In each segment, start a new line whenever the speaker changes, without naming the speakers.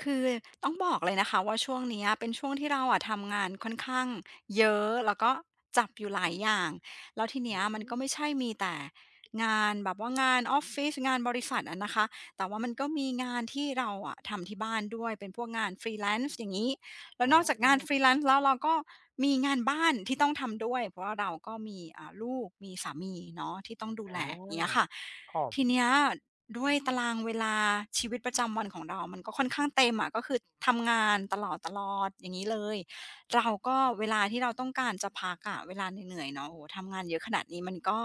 คือต้องบอกเลยนะคะว่าช่วงเนี้ยเป็นช่วงที่เราอะทำงานค่อนข้างเยอะแล้วก็จับอยู่หลายอย่างแล้วทีเนี้ยมัน
อื
ก็ไม่
ม
ใช่มีแต่งานแบบว่างานออฟฟิศงานบริษัทอะนะคะแต่ว่ามันก็มีงานที่เราอะทำที่บ้านด้วยเป็นพวกงาน Freelance อย่างงี้แล้วนอกจาก
อา
งาน Freelance แลนซ์แล้วเราก็มีงานบ้านที่ต้องทำด้วยเพราะว่าเราก็มีลูกมีสามีเนาะที่ต้องดู
อ
แลอย่างเงี้ยค่ะ
าหอ
ที
ม
เนี้ยด้วยตารางเวลาชีวิตประจำวันของเรามันก็ค่อนข้างเต็มอะก็คือทำงานตลอดๆอย่างงี้เลยเราก็เวลาที่เราต้องการจะพักอะเวลาเหนื่อยๆเนาะโอ้โฮทำงานเยอะขนาดนี้มันก็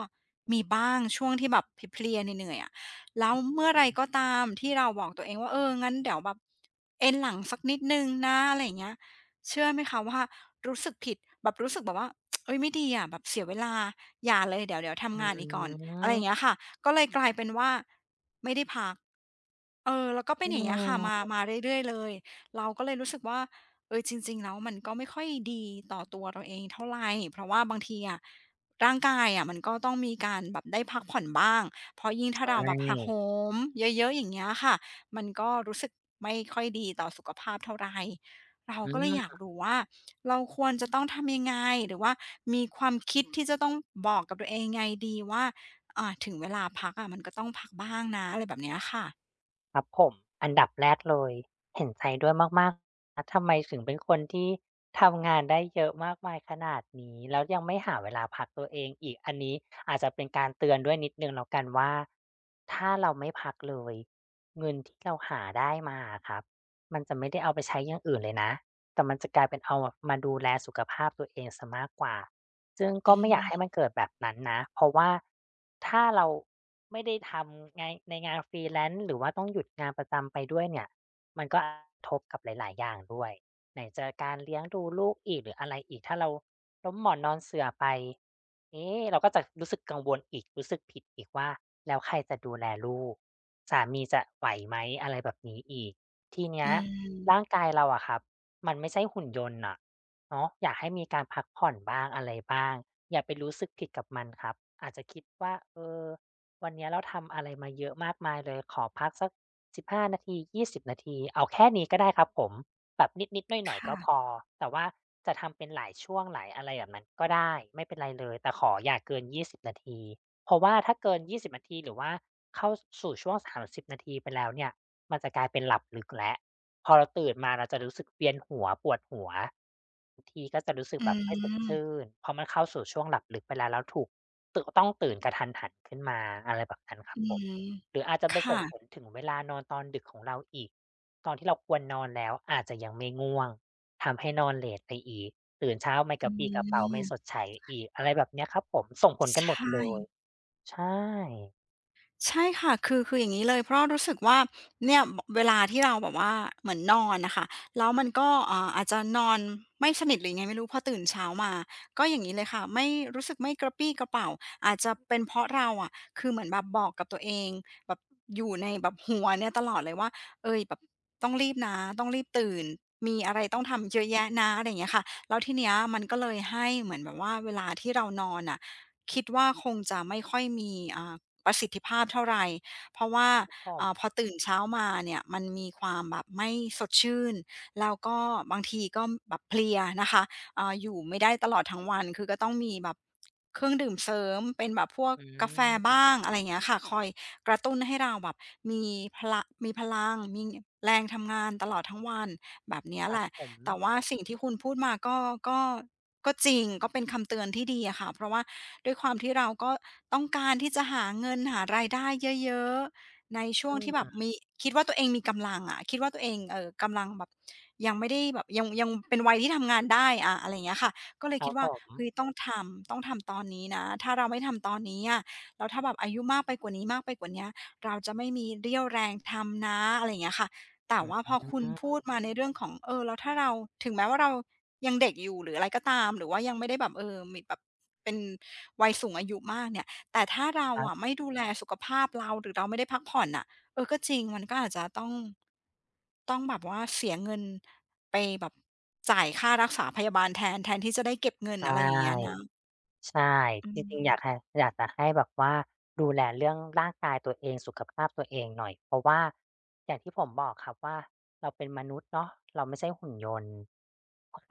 มีบ้างช่วงที่แบบเพลียๆเหนื่อยๆอะแล้ว
อ
เมื่อไร
ื
ก็
ม
ตามที่เราบอกตัวเองว่าเอองั้นเดี๋ยวแบบเอนหลังสักนิดหนึ่งนะอะไรอย่างเงี้ยเชื่อไหมคะว่ารู้สึกผิดแบบรู้สึกแบบว่า เอ้ยไม่ดีอะแบบเสียเวลาอย่าเลยเดี๋ยวทำงานอีกก่อน
อื
อะไรอย่างเงี้ยค่ะก็เลยกลายเป็นว่าไม่ได้พักเออแล้วก็เป็นอย่างเงี้ยค่ะ
ม
มาเรื่อยๆเลยเราก็เลยรู้สึกว่าเออจริงๆแล้วมันก็ไม่ค่อยดีต่อตัวเราเองเท่าไรเพราะว่าบางทีอะร่างกายอะมันก็ต้องมีการแบบได้พักผ่อนบ้างเพราะยิ่งถ้าเรา
ใช่
แบบหักโหมเยอะๆอย่างเงี้ยค่ะมันก็รู้สึกไม่ค่อยดีต่อสุขภาพเท่าไร เรา
อื
ก็เลย
ม
อยากรู้ว่าเราควรจะต้องทำยังไงหรือว่ามีความคิดที่จะต้องบอกกับตัวเองยังไงดีว่าถึงเวลาพักอะมันก็ต้องพักบ้างนะอะไรแบบเนี้ยค่ะ
ครับผม อันดับแรกเลย เห็นใจด้วยมากๆนะทำไมถึงเป็นคนที่ทำงานได้เยอะมากมายขนาดนี้ แล้วยังไม่หาเวลาพักตัวเองอีก อันนี้อาจจะเป็นการเตือนด้วยนิดหนึ่งแล้วกันว่า ถ้าเราไม่พักเลยเงินที่เราหาได้มาอะครับมันจะไม่ได้เอาไปใช้อย่างอื่นเลยนะ แต่มันจะกลายเป็นเอามาดูแลสุขภาพตัวเองเสียมากกว่าซึ่ง
อื
ก็ไม่อยากให้
ม
มันเกิดแบบนั้นนะ เพราะว่าถ้าเราไม่ได้ทำงานในงาน freelance หรือว่าต้องหยุดงานประจำไปด้วยเนี่ยมันก็กระทบกับหลายๆอย่างด้วยไหนจะการเลี้ยงดูลูกอีกหรืออะไรอีกถ้าเราล้มหมอนนอนเสื่อไป เอ๊ะเราก็จะรู้สึกกังวลอีกรู้สึกผิดอีกว่าแล้วใครจะดูแลลูกสามีจะไหวไหมอะไรแบบนี้อีกทีเนี้
อื
ยร่าง
ม
กายเราอะครับ มันไม่ใช่หุ่นยนต์น่ะเนาะอยากให้มีการพักผ่อนบ้างอะไรบ้างอย่าไปรู้สึกผิดกับมันครับอาจจะคิดว่าเออวันเนี้ยเราทำอะไรมาเยอะมากมายเลยขอพักสัก15 นาทียี่สิบนาทีเอาแค่นี้ก็ได้ครับผมแบบนิดๆหน่อยๆก็พอ
ค่ะ
แต่ว่าจะทำเป็นหลายช่วงหลายอะไรแบบนั้นก็ได้ไม่เป็นไรเลยแต่ขออย่าเกินยี่สิบนาทีเพราะว่าถ้าเกินยี่สิบนาทีหรือว่าเข้าสู่ช่วง30นาทีไปแล้วเนี่ยมันจะกลายเป็นหลับลึกแล้ว พอเราตื่นมาเราจะรู้สึกเวียนหัวปวดหัวบางทีก็จะรู้สึก
อื
แบบไม่สด
ม
ชื่นเพราะมันเข้าสู่ช่วงหลับลึกไปแล้วแล้วถูกต้องตื่นกะทันหันขึ้นมาอะไรแบบนั้นครั
อื
บผม
ม
หรืออาจจะไปส่
ค่ะ
งผลถึงเวลานอนตอนดึกของเราอีกตอนที่เราควรนอนแล้วอาจจะยังไม่ง่วงทำให้นอนเลตไปอีกตื่นเช้าไม่ก
อื
ระปรี้กระเป๋าไม่
ม
สดใสอีกอะไรแบบเนี้ยครับผมส่งผลกั
ใช
นหมดเลย
่
ใช่
ใช่ค่ะคืออย่างงี้เลยเพราะรู้สึกว่าเนี่ยบเวลาที่เราแบบว่าเหมือนนอนน่ะค่ะแล้วมันก็อาจจะนอนไม่สนิทหรือยังไงไม่รู้พอตื่นเช้ามาก็อย่างงี้เลยค่ะไม่รู้สึกไม่กระปรี้กระเปร่าอาจจะเป็นเพราะเราอะคือเหมือนแบบบอกกับตัวเองแบบอยู่ในแบบหัวเนี่ยตลอดเลยว่าเฮ้ยแบบต้องรีบนะต้องรีบตื่นมีอะไรต้อ
อื
งทำเย
ม
อะแยะนะอะไรอย่างเงี้ยค่ะแล้วทีเนี้ยมันก็เลยให้เหมือนแบบว่าเวลาที่เรานอนน่ะคิดว่าคงจะไม่ค่อยมีประสิทธิภาพเท่าไร เพราะว่า
ครับผม
พอตื่นเช้ามาเนี่ยมันมีความแบบไม่สดชื่นแล้วก็บางทีก็แบบเพลียนะคะอยู่ไม่ได้ตลอดทั้งวันคือก็ต้องมีแบบเครื่องดื่มเสริมเป็นแบบพวก
อื
กาแฟ
ม
บ้างอะไรอย่างเงี้ยค่ะคอยกระตุ้นให้เราแบบมีพละมีพลังมีแรงทำงานตลอดทั้งวันแบบเนี้ย
ค
แห
รับ
ละ
ผม
แต่ว่าสิ่งที่คุณพูดมาก็ ก็จริงก็เป็นคำเตือนที่ดีอะค่ะเพราะว่าด้วยความที่เราก็ต้องการที่จะหาเงินหารายได้เยอะๆในช่วง
อื
ที่แบบมี
ม
คิดว่าตัวเองมีกำลังอะคิดว่าตัวเองกำลังแบบยังไม่ได้แบบยังเป็นวัยที่ทำงานได้อะไรอย่างเงี้ยค่ะก็เลย
ครั
คิด
บผ
ว่าเฮ้ย
ม
ต้องทำตอนนี้นะถ้าเราไม่ทำตอนนี้อะแล้วถ้าแบบอายุมากไปกว่านี้มากไปกว่าเนี้ยเราจะไม่มีเรี่ยวแรงทำนะอะไรอย่างเงี้ยค่ะ แต่
อื
ว่าพอคุณพู
ม
ดมาในเรื่องของเออแล้วถ้าเราถึงแม้ว่าเรายังเด็กอยู่หรืออะไรก็ตามหรือว่ายังไม่ได้แบบเออมีแบบเป็นวัยสูงอายุมากเนี่ยแต่ถ้าเรา
ครั
อะไม่
บ
ดูแลสุขภาพเราหรือเราไม่ได้พักผ่อนน่ะเออก็จริงมันก็อาจจะต้องแบบว่าเสียเงินไปแบบจ่ายค่ารักษาพยาบาลแทนที่จะได้เก็บเงิน
ใช่
อะไรอย่างเงี้ยนะ
ใช่
อื
จริงๆอยากให้
ม
อยากจะให้แบบว่าดูแลเรื่องร่างกายตัวเองสุขภาพตัวเองหน่อยเพราะว่าอย่างที่ผมบอกครับว่าเราเป็นมนุษย์เนาะเราไม่ใช่หุ่นยนต์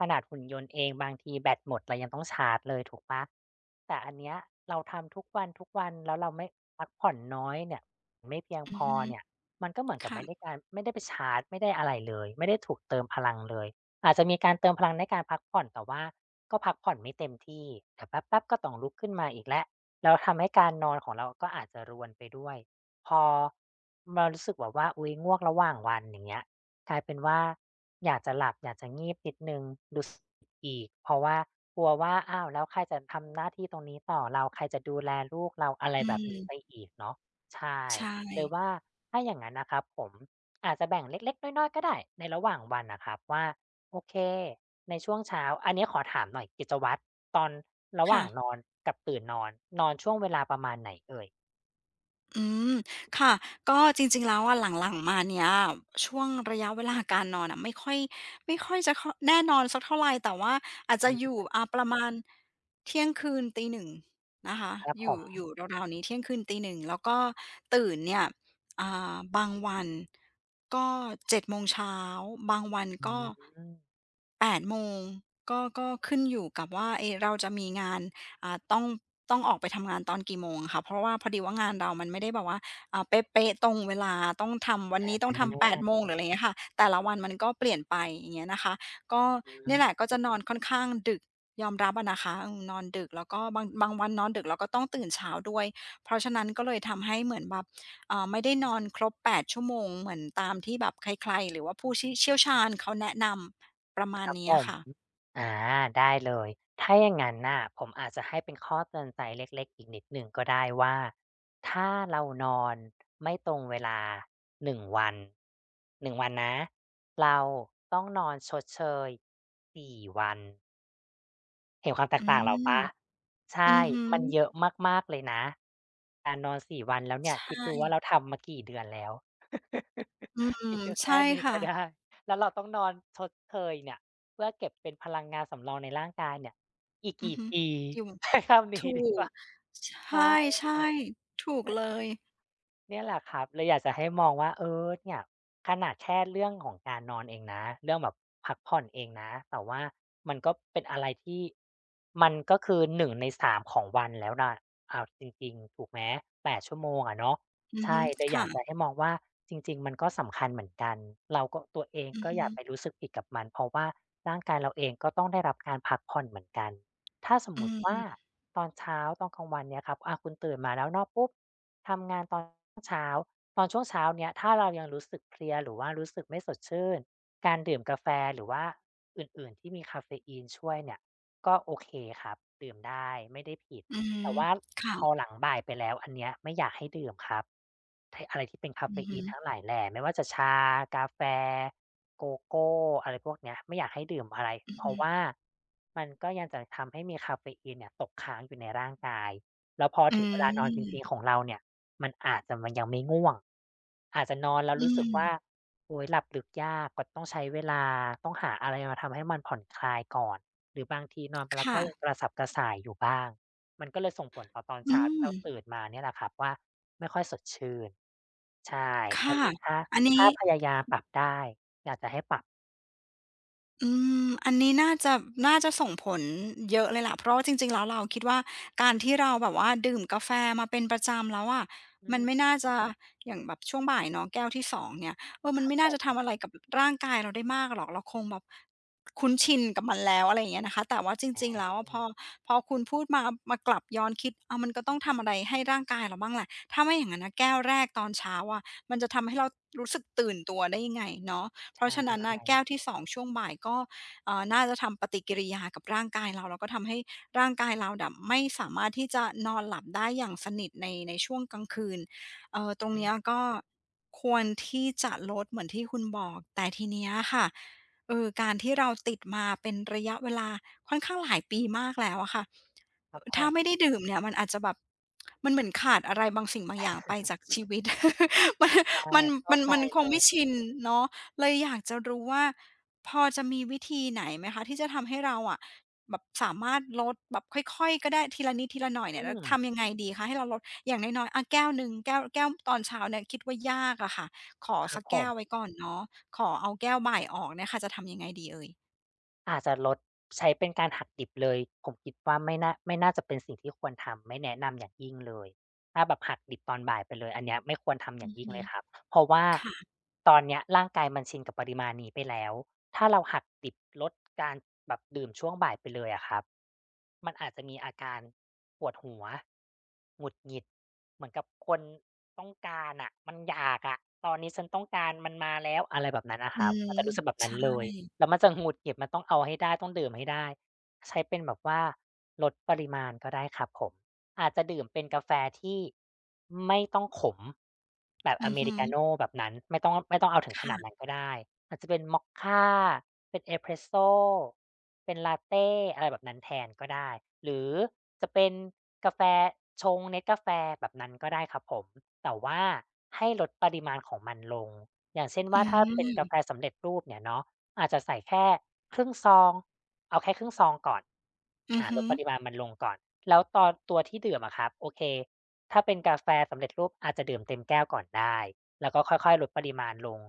ขนาดหุ่นยนต์เองบางทีแบตหมดเรายังต้องชาร์จเลยถูกเปล่า แต่อันเนี้ยเราทำทุกวันทุกวันแล้วเราไม่พักผ่อนน้อยเนี่ยไม่เพียง
อื
พ
อ
อ
ฮึ
เนี่ยมันก็เหมือนกับไม่ได้
ค่ะ
การไม่ได้ไปชาร์จไม่ได้อะไรเลยไม่ได้ถูกเติมพลังเลยอาจจะมีการเติมพลังในการพักผ่อนแต่ว่าก็พักผ่อนไม่เต็มที่เดี๋ยวแป๊บๆก็ต้องลุกขึ้นมาอีกแล้วแล้วทำให้การนอนของเราก็อาจจะรวนไปด้วยพอมารู้สึกแบบว่าอุ้ยง่วงระหว่างวันอย่างเงี้ยกลายเป็นว่าอยากจะหลับอยากจะงีบนิดนึงดู อีกเพราะว่ากลัวว่าอ้าวแล้วใครจะทำหน้าที่ตรงนี้ต่อเราใครจะดูแลลูกเราอะไร
อื
แบบนี้ไป
ม
อีกเนาะใช่
ใช่
เลยว่าถ้าอย่างงั้นนะครับผมอาจจะแบ่งเล็กๆน้อยๆก็ได้ในระหว่างวันน่ะครับว่าโอเคในช่วงเช้าอันนี้ขอถามหน่อยกิจวัตรตอนระห
ค่ะ
ว่างนอนกับตื่นนอนนอนช่วงเวลาประมาณไหนเอ่ย
อืมค่ะก็จริงๆแล้วอะหลังๆมาเนี้ยช่วงระยะเวลาการนอนอะไม่ค่อยจะแน่นอนสักเท่าไรแต่ว่าอาจจะ
อื
อยู่
ม
ประมาณเที่ยงคืนตีหนึ่งนะคะ
ครับ
อ
ผ
ยู่อ
ม
ยู่ราวๆนี้เที่ยงคืนตีหนึ่งแล้วก็ตื่นเนี่ยอ่บางวันก็7โมงเช้าบางวัน
อื
ก็
ม
8โมงก็ขึ้นอยู่กับว่าเอ๊ะเราจะมีงาน อ่าต้องต้องออกไปทำงานตอนกี่โมงค่ะเพราะว่าพอดีว่างานเรามันไม่ได้แบบว่าเป๊ะๆตรงเวลาต้องทำวันนี้ต้อง
อา
ทำแปดโมงหรืออะไรอย่างเงี้ยค่ะแต่ละวันมันก็เปลี่ยนไปอย่างเงี้ยนะคะก็
อื
เนี่ย
ม
แหละก็จะนอนค่อนข้างดึกยอมรับอะนะคะอืมนอนดึกแล้วก็บางวันนอนดึกแล้วก็ต้องตื่นเช้าด้วยเพราะฉะนั้นก็เลยทำให้เหมือนแบบเอ่าไม่ได้นอนครบแปดชั่วโมงเหมือนตามที่แบบใครๆหรือว่าผู้เชี่ยวชาญเขาแนะนำประมา
ค
ณ
รับ
เนี้
ผ
ย
ม
ค่ะ
อ่าได้เลยถ้าอย่างนั้นน่ะผมอาจจะให้เป็นข้อเตือนใจเล็กๆอีกนิดหนึ่งก็ได้ว่าถ้าเรานอนไม่ตรงเวลา1วัน1วันนะเราต้องนอนชดเชย4วัน เห็นความแต
อื
กต่างเหรอเป
ม
ล่าใช่
อือหือ
มันเยอะมากๆเลยนะการนอน4วันแล้วเนี่
ใช
ยคิดดูว่าเรา
่
ทำมากี่เดือนแล้ว
อื
คิ
ม
ดดู
ใช่
แค่นี้
ค่ะ
ก็ได้แล้วเราต้องนอนชดเชยเนี่ยเพื่อเก็บเป็นพลังงานสำรองในร่างกายเนี่ยอีก
อือ
กี่
ฮึ
ปี
อยู่
ใช้คำนี้
ถู
ดีก
ก
ว่า
ใ
ใช่
ช่ๆถูกเลย
เนี่ยแหละครับเลยอยากจะให้มองว่าเนี่ยขนาดแค่เรื่องของการนอนเองนะเรื่องแบบพักผ่อนเองนะแต่ว่ามันก็เป็นอะไรที่มันก็คือหนึ่งในสามของวันแล้วนะเอาจริงๆถูกไหม8ชั่วโมงอะเนาะ
อือฮึ
ใช่เลยอยา
ค่ะ
กจะให้มองว่าจริงๆมันก็สำคัญเหมือนกันเราก็ตัวเอง
อือ
ก็
ฮึ
อย่าไปรู้สึกผิดกับมันเพราะว่าร่างกายเราเองก็ต้องได้รับการพักผ่อนเหมือนกันถ้าสม
อื
มุติว่า
ม
ตอนเช้าตอนกลางวันเนี่ยครับคุณตื่นมาแล้วเนาะปุ๊บ ทำงานตอนเช้าตอนช่วงเช้าเนี้ยถ้าเรายังรู้สึกเพลียหรือว่ารู้สึกไม่สดชื่นการดื่มกาแฟหรือว่าอื่นๆที่มีกาเฟอีนช่วยเนี่ยก็โอเคครับดื่มได้ไม่ได้ผิด
อือฮึ
แต่ว่า
ค่ะ
พอหลังบ่ายไปแล้วอันเนี้ยไม่อยากให้ดื่มครับทอะไรที่เป็นกาเฟ
อือฮึ
อีนทั้งหลายแหล่ไม่ว่าจะชากาแฟโกโก้อะไรพวกเนี้ยไม่อยากให้ดื่มอะไร
อือ
เพ
ฮึ
ราะว่ามันก็ยังจะทำให้มีกาเฟอีนเนี่ยตกค้างอยู่ในร่างกาย แล้วพอ
อื
ถึงเวลานอนจริง
ม
ๆของเราเนี่ยมันอาจจะมันยังไม่ง่วงอาจจะนอนแล้ว
อื
รู้สึกว่า
ม
โอ๊ยหลับลึกยากก็ต้องใช้เวลาต้องหาอะไรมาทำให้มันผ่อนคลายก่อนหรือบางทีนอนไปแล้ว
ค่ะ
ก็ยังกระสับกระส่ายอยู่บ้างมันก็เลยส่งผลต่อตอน
อื
เช้าที่
ม
เราตื่นมาเนี่ยแหละครับว่าไม่ค่อยสดชื่นใช่อัน
ค่ะ
นี้ถ้า
อันนี้
ถ้าพยายามปรับได้อยากจะให้ปรับ
อืมอันนี้น่าจะส่งผลเยอะเลยล่ะเพราะว่าจริงๆแล้วเราคิดว่าการที่เราแบบว่าดื่มกาแฟมาเป็นประจำแล้วอะ
อื
มันไม่
ม
น่าจะอย่างแบบช่วงบ่ายเนาะแก้วที่สองเนี่ยเออมั
ค
น
รับ
ไม่
ผ
น่าจะ
ม
ทำอะไรกับร่างกายเราได้มากหรอกเราคงแบบคุ้นชินกับมันแล้วอะไรอย่างเงี้ยนะคะแต่ว่าจริงๆ
อา
แล้วอะพอคุณพูดมามากลับย้อนคิดอ้าวมันก็ต้องทำอะไรให้ร่างกายเราบ้างแหละถ้าไม่อย่างงั้นนะแก้วแรกตอนเช้าอะมันจะทำให้เรารู้สึกตื่นตัวได้ยังไงเนาะ เพราะ
ใช่
ฉะนั้นน่ะแก้วที่2ช่วงบ่ายก็น่าจะทำปฏิกิริยากับร่างกายเราแล้วก็ทำให้ร่างกายเราน่ะไม่สามารถที่จะนอนหลับได้อย่างสนิทในช่วงกลางคืนตรง
อืม
เนี้ยก็ควรที่จะลดเหมือนที่คุณบอกแต่ทีเนี้ยค่ะการที่เราติดมาเป็นระยะเวลาค่อนข้างหลายปีมากแล้วอะค่ะ
ครับผ
ถ้า
ม
ไม่ได้ดื่มเนี่ยมันอาจจะแบบมันเหมือนขาดอะไรบางสิ่งบางอย่างไปจากชีวิต มัน
ใช่
มัน
เข้า
มัน
ใจ
มันค
เล
งไม่
ย
ชินเนาะ เลยอยากจะรู้ว่าพอจะมีวิธีไหนไหมคะที่จะทำให้เราอะแบบสามารถลดแบบค่อยๆก็ได้ทีละนิดทีละหน่อย
อื
เนี่ยแล้ว
ม
ทำยังไงดีคะให้เราลดอย่างน้อยๆอะแก้วหนึ่งแก้วตอนเช้าเนี่ยคิดว่ายากอะค่ะขอ
ครั
สั
บ
ก
ผ
แก้วไว้
ม
ก่อนเนาะขอเอาแก้วบ่ายออกเนี่ยค่ะจะทำยังไงดีเอ่ย
อาจจะลดใช้เป็นการหักดิบเลยผมคิดว่าไม่น่าจะเป็นสิ่งที่ควรทำไม่แนะนำอย่างยิ่งเลยถ้าแบบหักดิบตอนบ่ายไปเลยอันเนี้ยไม่ควรทำอ
อื
ย่าง
อ
ยิ่ง
ฮึ
เลยครับเพราะว่า
ค่ะ
ตอนเนี้ยร่างกายมันชินกับปริมาณนี้ไปแล้วถ้าเราหักดิบลดการแบบดื่มช่วงบ่ายไปเลยอะครับมันอาจจะมีอาการปวดหัวหงุดหงิดเหมือนกับคนต้องการอะมันอยากอะตอนนี้ฉันต้องการมันมาแล้วอะไรแบบนั้นอะค
อื
รับมั
ม
นจะรู้สึกแบบนั้น
ใช่
เลย แล้วมันจะหงุดหงิดมันต้องเอาให้ได้ต้องดื่มให้ได้ใช้เป็นแบบว่าลดปริมาณก็ได้ครับผมอาจจะดื่มเป็นกาแฟที่ไม่ต้องขมแบบ
อื
อ
อ
เม
ฮึ
ริกาโน่แบบนั้นไม่ต้องเอาถึงขนาด
ค่ะ
นั้นก็ได้อาจจะเป็นมอคค่าเป็นเอสเพรสโซเป็นลาเตอะไรแบบนั้นแทนก็ได้หรือจะเป็นกาแฟชงเนสกาแฟแบบนั้นก็ได้ครับผมแต่ว่าให้ลดปริมาณของมันลงอย่างเช่น
อื
ว่าถ้าเป็นกา
ม
แฟสำเร็จรูปเนี่ยเนาะ อาจจะใส่แค่ครึ่งซองเอาแค่ครึ่งซองก่อน
อือ
ล
ฮึ
ดปริมาณมันลงก่อน แล้วตอนตัวที่ดื่มอะครับ โอเค ถ้าเป็นกาแฟสำเร็จรูปอาจจะดื่มเต็มแก้วก่อนได้ แล้วก็ค่อยๆลดปริมาณลง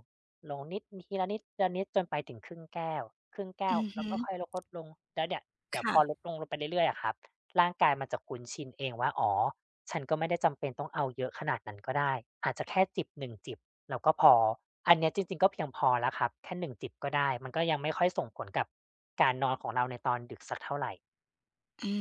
ลงนิดทีละนิดทีละนิดจนไปถึงครึ่งแก้วครึ่งแก้
อื
ว
อ
แล้
ฮึ
วก็ค่อยลดลงแล้วเนี่ยเดี๋ยวพ
ค่ะ
อลดลงลงไปเรื่อยๆอะครับร่างกายมันจะคุ้นชินเองว่าอ๋อฉันก็ไม่ได้จำเป็นต้องเอาเยอะขนาดนั้นก็ได้อาจจะแค่จิบหนึ่งจิบ เราก็พอ อันเนี้ยจริงๆ ก็เพียงพอแล้วครับ แค่หนึ่งจิบก็ได้ มันก็ยังไม่ค่อยส่งผลกับการนอนของเราในตอนดึกสักเท่าไร
อื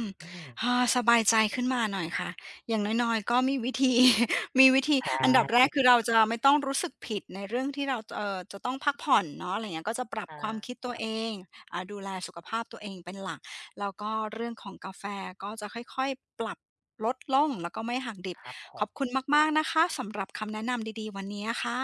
ม
อืม
อาสบายใจขึ้นมาหน่อยค่ะอย่างน้อยๆ ก็มีวิธี มีวิธี
อา
อันดับแรกคือเราจะไม่ต้องรู้สึกผิดในเรื่องที่เราจะต้องพักผ่อนเนาะอะไรเงี้ยก็จะปรับ
ใช่
ความคิด
ค
ตัว
รั
เอ
บ
งดูแลสุขภาพตัวเองเป็นหลักแล้วก็เรื่องของกาแฟก็จะค่อยๆ ปรับลดลงแล้วก็ไม่หักดิบ
ครับผ
ขอบคุณ
ม
มากๆ นะคะสำหรับคำแนะนำดีๆ วันนี้ค่ะ